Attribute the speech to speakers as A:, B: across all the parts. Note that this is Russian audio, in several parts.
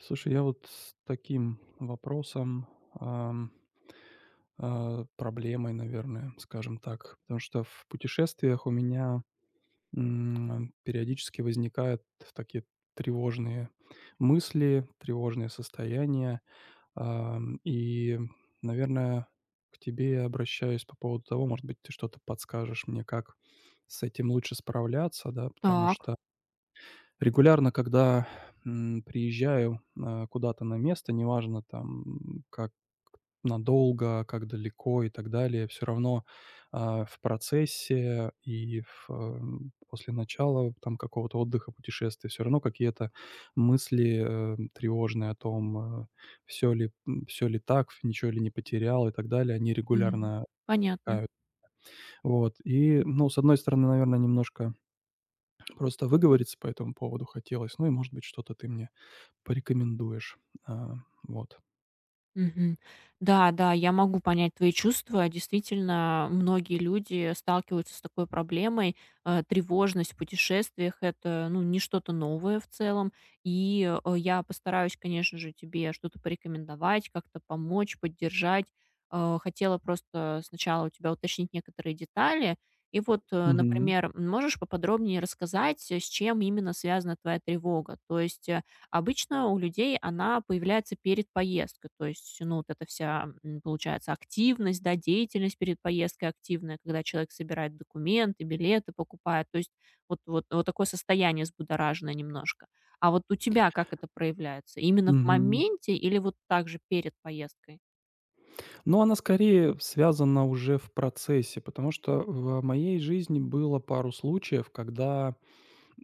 A: Слушай, я вот с таким вопросом, ам, проблемой, наверное, скажем так. Потому что в путешествиях у меня периодически возникают такие тревожные мысли, тревожные состояния. И, наверное, к тебе я обращаюсь по поводу того, может быть, ты что-то подскажешь мне, как с этим лучше справляться, да. Потому
B: Так,
A: что регулярно, когда приезжаю, куда-то на место, неважно там как надолго, как далеко и так далее, все равно, в процессе и после начала там какого-то отдыха, путешествия все равно какие-то мысли, тревожные о том, все ли так, ничего ли не потерял и так далее, они
B: мгм.
A: регулярно
B: Понятно.
A: мелькают. Вот и, ну, с одной стороны, наверное, немножко просто выговориться по этому поводу хотелось, ну и, может быть, что-то ты мне порекомендуешь. А, вот.
B: Мгм. Да, да, я могу понять твои чувства. Действительно, многие люди сталкиваются с такой проблемой. Тревожность в путешествиях- это, ну, не что-то новое в целом. И, я постараюсь, конечно же, тебе что-то порекомендовать, как-то помочь, поддержать. Хотела просто сначала у тебя уточнить некоторые детали. И вот,
A: Мгм.
B: например, можешь поподробнее рассказать, с чем именно связана твоя тревога? То есть, обычно у людей она появляется перед поездкой. То есть, ну, вот эта вся, получается, активность, да, деятельность перед поездкой активная, когда человек собирает документы, билеты покупает. То есть вот, вот, вот такое состояние взбудораженное немножко. А вот у тебя как это проявляется? Именно в
A: Мгм.
B: моменте или вот так же перед поездкой?
A: Но она скорее связана уже в процессе, потому что в моей жизни было пару случаев, когда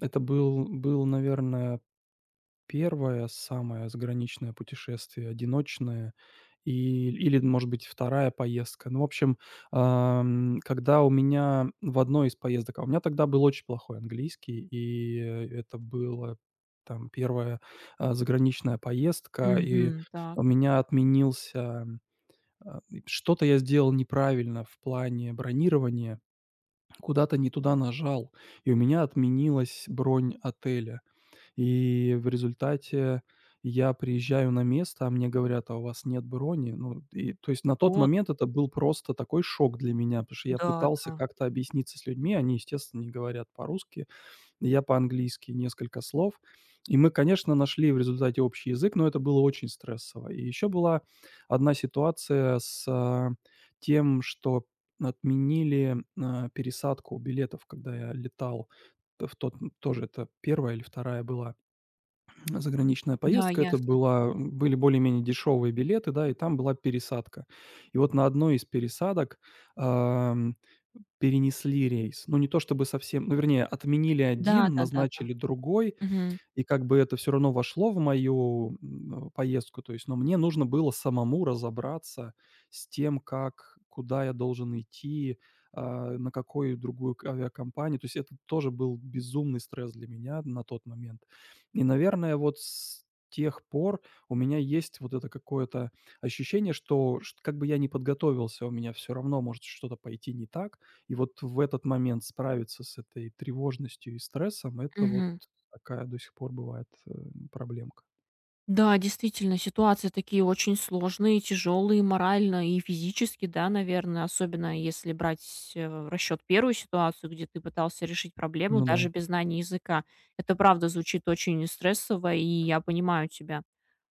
A: это был, наверное, первое самое заграничное путешествие, одиночное, или, может быть, вторая поездка. Ну, в общем, когда у меня в одной из поездок, а у меня тогда был очень плохой английский, и это было там первая заграничная поездка, и
B: Мгм. Так.
A: у меня отменился, и что-то я сделал неправильно в плане бронирования, куда-то не туда нажал, и у меня отменилась бронь отеля. И в результате я приезжаю на место, а мне говорят: «А у вас нет брони?» Ну, и то есть на тот
B: Вот
A: момент
B: как.
A: это был просто такой шок для меня, потому что я
B: Да,
A: пытался
B: да.
A: как-то объясниться с людьми. Они, естественно, не говорят по-русски, я по-английски несколько слов. И мы, конечно, нашли в результате общий язык, но это было очень стрессово. И еще была одна ситуация с тем, что отменили пересадку билетов, когда я летал. Т в тот тоже это первая или вторая была заграничная
B: Да,
A: поездка. Это
B: ясно.
A: была были более-менее дешевые билеты, да, и там была пересадка. И вот на одной из пересадок, ам, перенесли рейс. Ну, не то чтобы совсем, ну, вернее, отменили
B: Да,
A: один,
B: да-да-да.
A: назначили другой.
B: Мгм.
A: И как бы это все равно вошло в мою поездку, то есть, но мне нужно было самому разобраться с тем, как, куда я должен идти, на какую другую к авиакомпанию. То есть это тоже был безумный стресс для меня на тот момент. И, наверное, вот с тех пор у меня есть вот это какое-то ощущение, что шт как бы я не подготовился, у меня все равно может что-то пойти не так. И вот в этот момент справиться с этой тревожностью и стрессом — это вот
B: Мгм.
A: такая до сих пор бывает, проблемка.
B: Да, действительно, ситуации такие очень сложные, тяжелые морально и физически, да, наверное, особенно если брать в расчет первую ситуацию, где ты пытался решить проблему
A: Ну да,
B: даже без знания языка. Это правда звучит очень стрессово, и я понимаю тебя.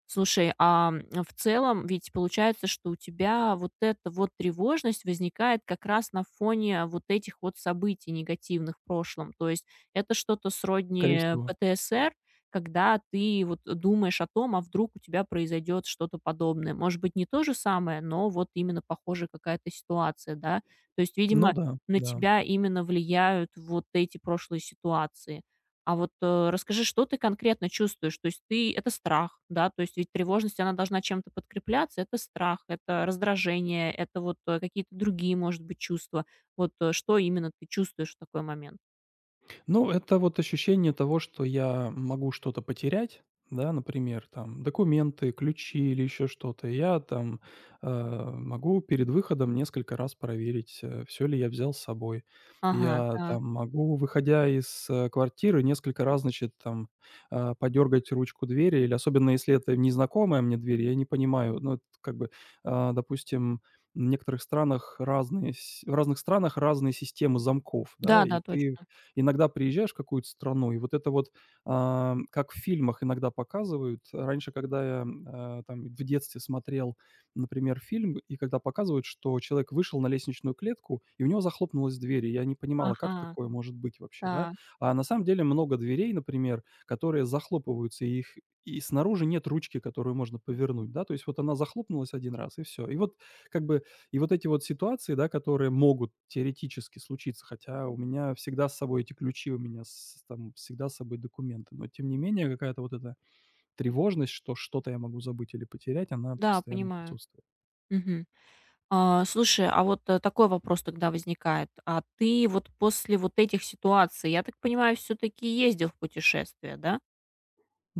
B: Слушай, в целом ведь получается, что у тебя вот эта вот тревожность возникает как раз на фоне вот этих вот событий негативных в прошлом. То есть это что-то
A: скорее
B: сродни
A: всего.
B: ПТСР, когда ты вот думаешь о том, а вдруг у тебя произойдет что-то подобное. Может быть, не то же самое, но вот именно похожая какая-то ситуация, да? То есть,
A: Ну
B: видимо,
A: да,
B: на
A: да.
B: тебя именно влияют вот эти прошлые ситуации. А вот, расскажи, что ты конкретно чувствуешь? То есть ты это страх, да? То есть ведь тревожность, она должна чем-то подкрепляться. Это страх, это раздражение, это вот, какие-то другие, может быть, чувства. Вот, что именно ты чувствуешь в такой момент?
A: Ну, это вот ощущение того, что я могу что-то потерять, да, например, там документы, ключи или еще что-то. И я там могу перед выходом несколько раз проверить, все ли я взял с собой.
B: Ага,
A: Я
B: так.
A: там могу, выходя из квартиры, несколько раз, значит, там подергать ручку двери, или особенно если это незнакомая мне дверь, я не понимаю, ну, это как бы, допустим, в некоторых странах разные, в разных странах разные системы замков, да, и
B: Да-да,
A: ты
B: точно.
A: иногда приезжаешь в какую-то страну, и вот это вот, как в фильмах иногда показывают. Раньше, когда я там в детстве смотрел, например, фильм, и когда показывают, что человек вышел на лестничную клетку, и у него захлопнулась дверь, и я не понимала, как
B: Ага,
A: такое может быть вообще, да.
B: так.
A: А на самом деле много дверей, например, которые захлопываются, и их и снаружи нет ручки, которую можно повернуть, да. То есть вот она захлопнулась один раз, и все. Как бы и вот эти вот ситуации, да, которые могут теоретически случиться, хотя у меня всегда с собой эти ключи, у меня с там всегда с собой документы, но тем не менее какая-то вот эта тревожность, что что-то я могу забыть или потерять, она
B: Да,
A: постоянно
B: понимаю.
A: присутствует.
B: Мгм. А, слушай, а вот, такой вопрос тогда возникает. А ты вот после вот этих ситуаций, я так понимаю, все таки ездил в путешествие, да?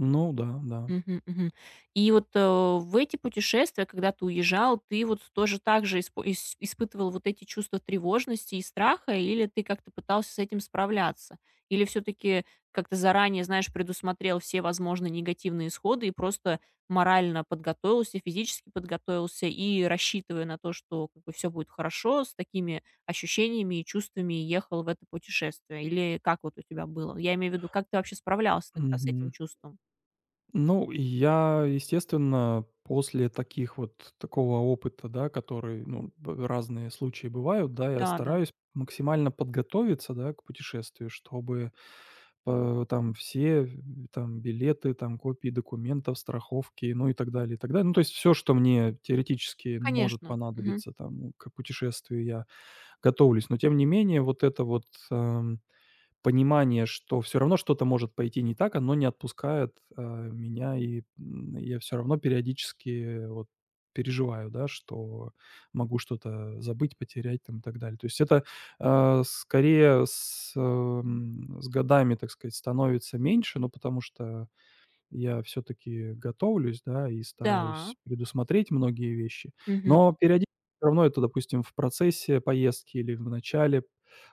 A: Ну да, да.
B: Мгм, мгм. И вот, в эти путешествия, когда ты уезжал, ты вот тоже так же испытывал вот эти чувства тревожности и страха, или ты как-то пытался с этим справляться? Или все таки как-то заранее, знаешь, предусмотрел все возможные негативные исходы и просто морально подготовился, физически подготовился, и, рассчитывая на то, что как бы все будет хорошо, с такими ощущениями и чувствами ехал в это путешествие? Или как вот у тебя было? Я имею в виду, как ты вообще справлялся тогда с этим чувством?
A: Ну, я, естественно, после таких вот такого опыта, да, который, ну, б разные случаи бывают, да, я
B: Да-да.
A: стараюсь максимально подготовиться, да, к путешествию, чтобы там все, там билеты, там копии документов, страховки, ну и так далее, и так далее. Ну, то есть все, что мне теоретически может
B: Конечно. Мгм.
A: понадобиться там к путешествию, я готовлюсь. Но тем не менее, вот это вот, эм понимание, что все равно что-то может пойти не так, оно не отпускает, меня, и, я все равно периодически вот переживаю, да, что могу что-то забыть, потерять там и так далее. То есть это, скорее с годами, так сказать, становится меньше, ну, потому что, я все таки готовлюсь, да, и
B: Да.
A: стараюсь предусмотреть многие вещи.
B: Мгм.
A: Но периодически все равно это, допустим, в процессе поездки или в начале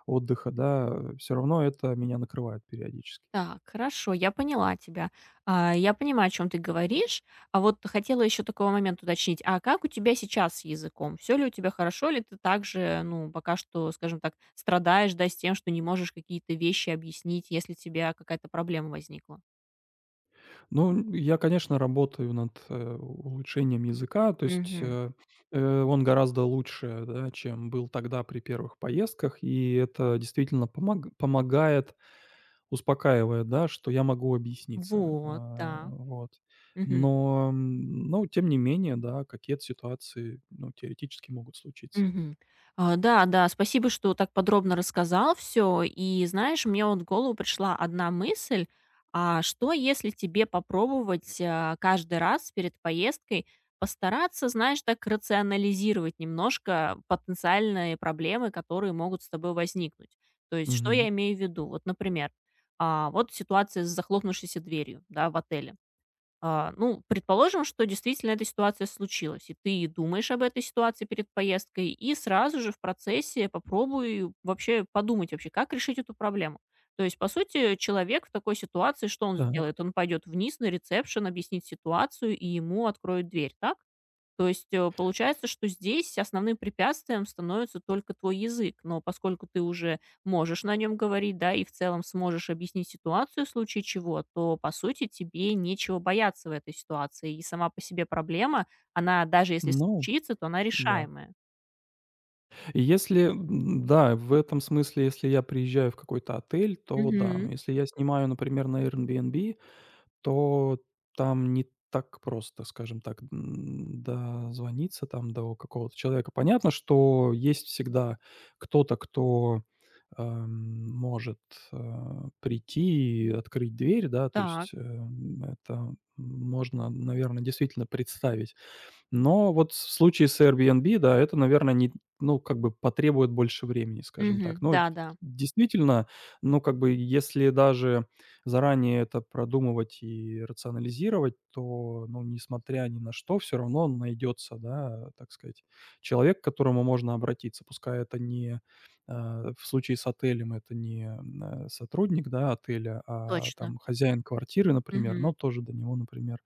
A: отдыха, да, все равно это меня накрывает периодически.
B: Так, хорошо, я поняла тебя. А, я понимаю, о чем ты говоришь. А вот хотела еще такой момент уточнить. А как у тебя сейчас с языком? Все ли у тебя хорошо? Или ты также, ну, пока что, скажем так, страдаешь, да, с тем, что не можешь какие-то вещи объяснить, если у тебя какая-то проблема возникла?
A: Ну, я, конечно, работаю над улучшением языка, то есть,
B: Мгм.
A: он гораздо лучше, да, чем был тогда при первых поездках, и это действительно помаг помогает, успокаивает, да, что я могу объясниться.
B: Вот, да.
A: Вот.
B: Мгм.
A: Но тем не менее, да, какие-то ситуации, ну, теоретически могут случиться.
B: Мгм. А, да, да, спасибо, что так подробно рассказал все. И знаешь, мне вот в голову пришла одна мысль: а что, если тебе попробовать, каждый раз перед поездкой постараться, знаешь, так рационализировать немножко потенциальные проблемы, которые могут с тобой возникнуть? То есть, что
A: Мгм.
B: я имею в виду? Вот, например, вот ситуация с захлопнувшейся дверью, да, в отеле. А, ну, предположим, что действительно эта ситуация случилась, и ты думаешь об этой ситуации перед поездкой, и сразу же в процессе попробуй вообще подумать вообще, как решить эту проблему. То есть, по сути, человек в такой ситуации, что он
A: Так,
B: сделает? Он пойдет вниз на ресепшн, объяснит ситуацию, и ему откроют дверь, так? То есть, получается, что здесь основным препятствием становится только твой язык. Но поскольку ты уже можешь на нем говорить, да, и в целом сможешь объяснить ситуацию в случае чего, то, по сути, тебе нечего бояться в этой ситуации. И сама по себе проблема, она даже если
A: ну
B: случится, то она
A: да.
B: решаемая.
A: И если да, в этом смысле, если я приезжаю в какой-то отель, то да. Но
B: Мгм.
A: если я снимаю, например, на Airbnb, то там не так просто, скажем так, дозвониться там до какого-то человека. Понятно, что есть всегда кто-то, кто, может, э, прийти и открыть дверь, да, то есть,
B: Так.
A: это можно, наверное, действительно представить. Но вот в случае с Airbnb, да, это, наверное, не ну, как бы потребует больше времени, скажем так.
B: Мгм.
A: Но
B: Да-да.
A: действительно, ну, как бы, если даже заранее это продумывать и рационализировать, то, ну, несмотря ни на что, все равно найдется, да, так сказать, человек, к которому можно обратиться. Пускай это не, в случае с отелем это не, сотрудник, да, отеля, а
B: Точно.
A: там хозяин квартиры, например, но
B: Мгм.
A: тоже до него, например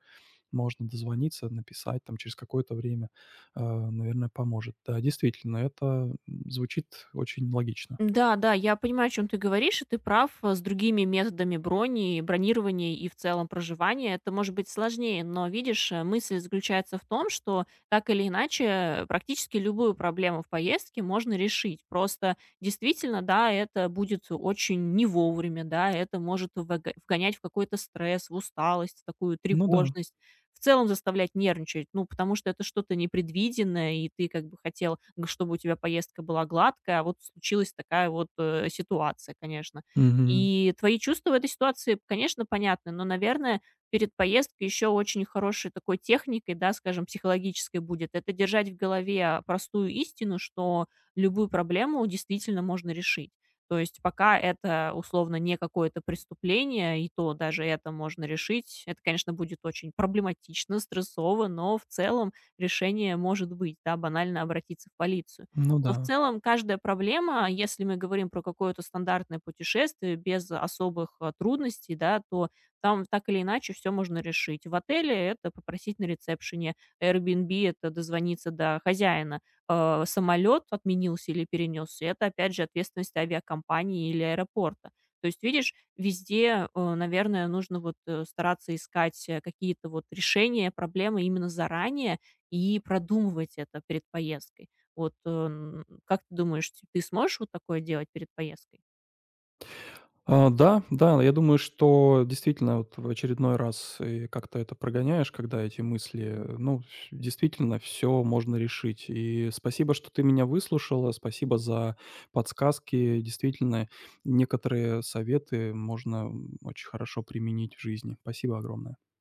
A: можно дозвониться, написать там через какое-то время, наверное, поможет. Да, действительно, это звучит очень логично.
B: Да, да, я понимаю, о чем ты говоришь, и ты прав. С другими методами брони, бронирования и в целом проживания это может быть сложнее, но видишь, мысль заключается в том, что так или иначе практически любую проблему в поездке можно решить. Просто действительно, да, это будет очень не вовремя, да, это может вгонять в какой-то стресс, в усталость, в такую
A: Ну да.
B: тревожность, в целом заставлять нервничать. Ну, потому что это что-то непредвиденное, и ты как бы хотел, чтобы у тебя поездка была гладкая, а вот случилась такая вот ситуация, конечно.
A: Мгм.
B: И твои чувства в этой ситуации, конечно, понятны, но, наверное, перед поездкой еще очень хорошей такой техникой, да, скажем, психологической будет, это держать в голове простую истину, что любую проблему действительно можно решить. То есть пока это условно не какое-то преступление, и то даже это можно решить. Это, конечно, будет очень проблематично, стрессово, но в целом решение может быть, да, банально обратиться в полицию.
A: Ну
B: Но в
A: да.
B: целом каждая проблема, если мы говорим про какое-то стандартное путешествие без особых, трудностей, да, то там так или иначе все можно решить. В отеле это попросить на ресепшене, Airbnb- это дозвониться до хозяина, самолет отменился или перенесся, это, опять же, ответственность авиакомпании или аэропорта. То есть, видишь, везде, наверное, нужно вот стараться искать какие-то вот решения, проблемы именно заранее и продумывать это перед поездкой. Вот как ты думаешь, ты сможешь вот такое делать перед поездкой?
A: Да, да, я думаю, что действительно вот в очередной раз и как-то это прогоняешь, когда эти мысли, ну, ф действительно все можно решить. И спасибо, что ты меня выслушала, спасибо за подсказки. Действительно, некоторые советы можно очень хорошо применить в жизни. Спасибо огромное.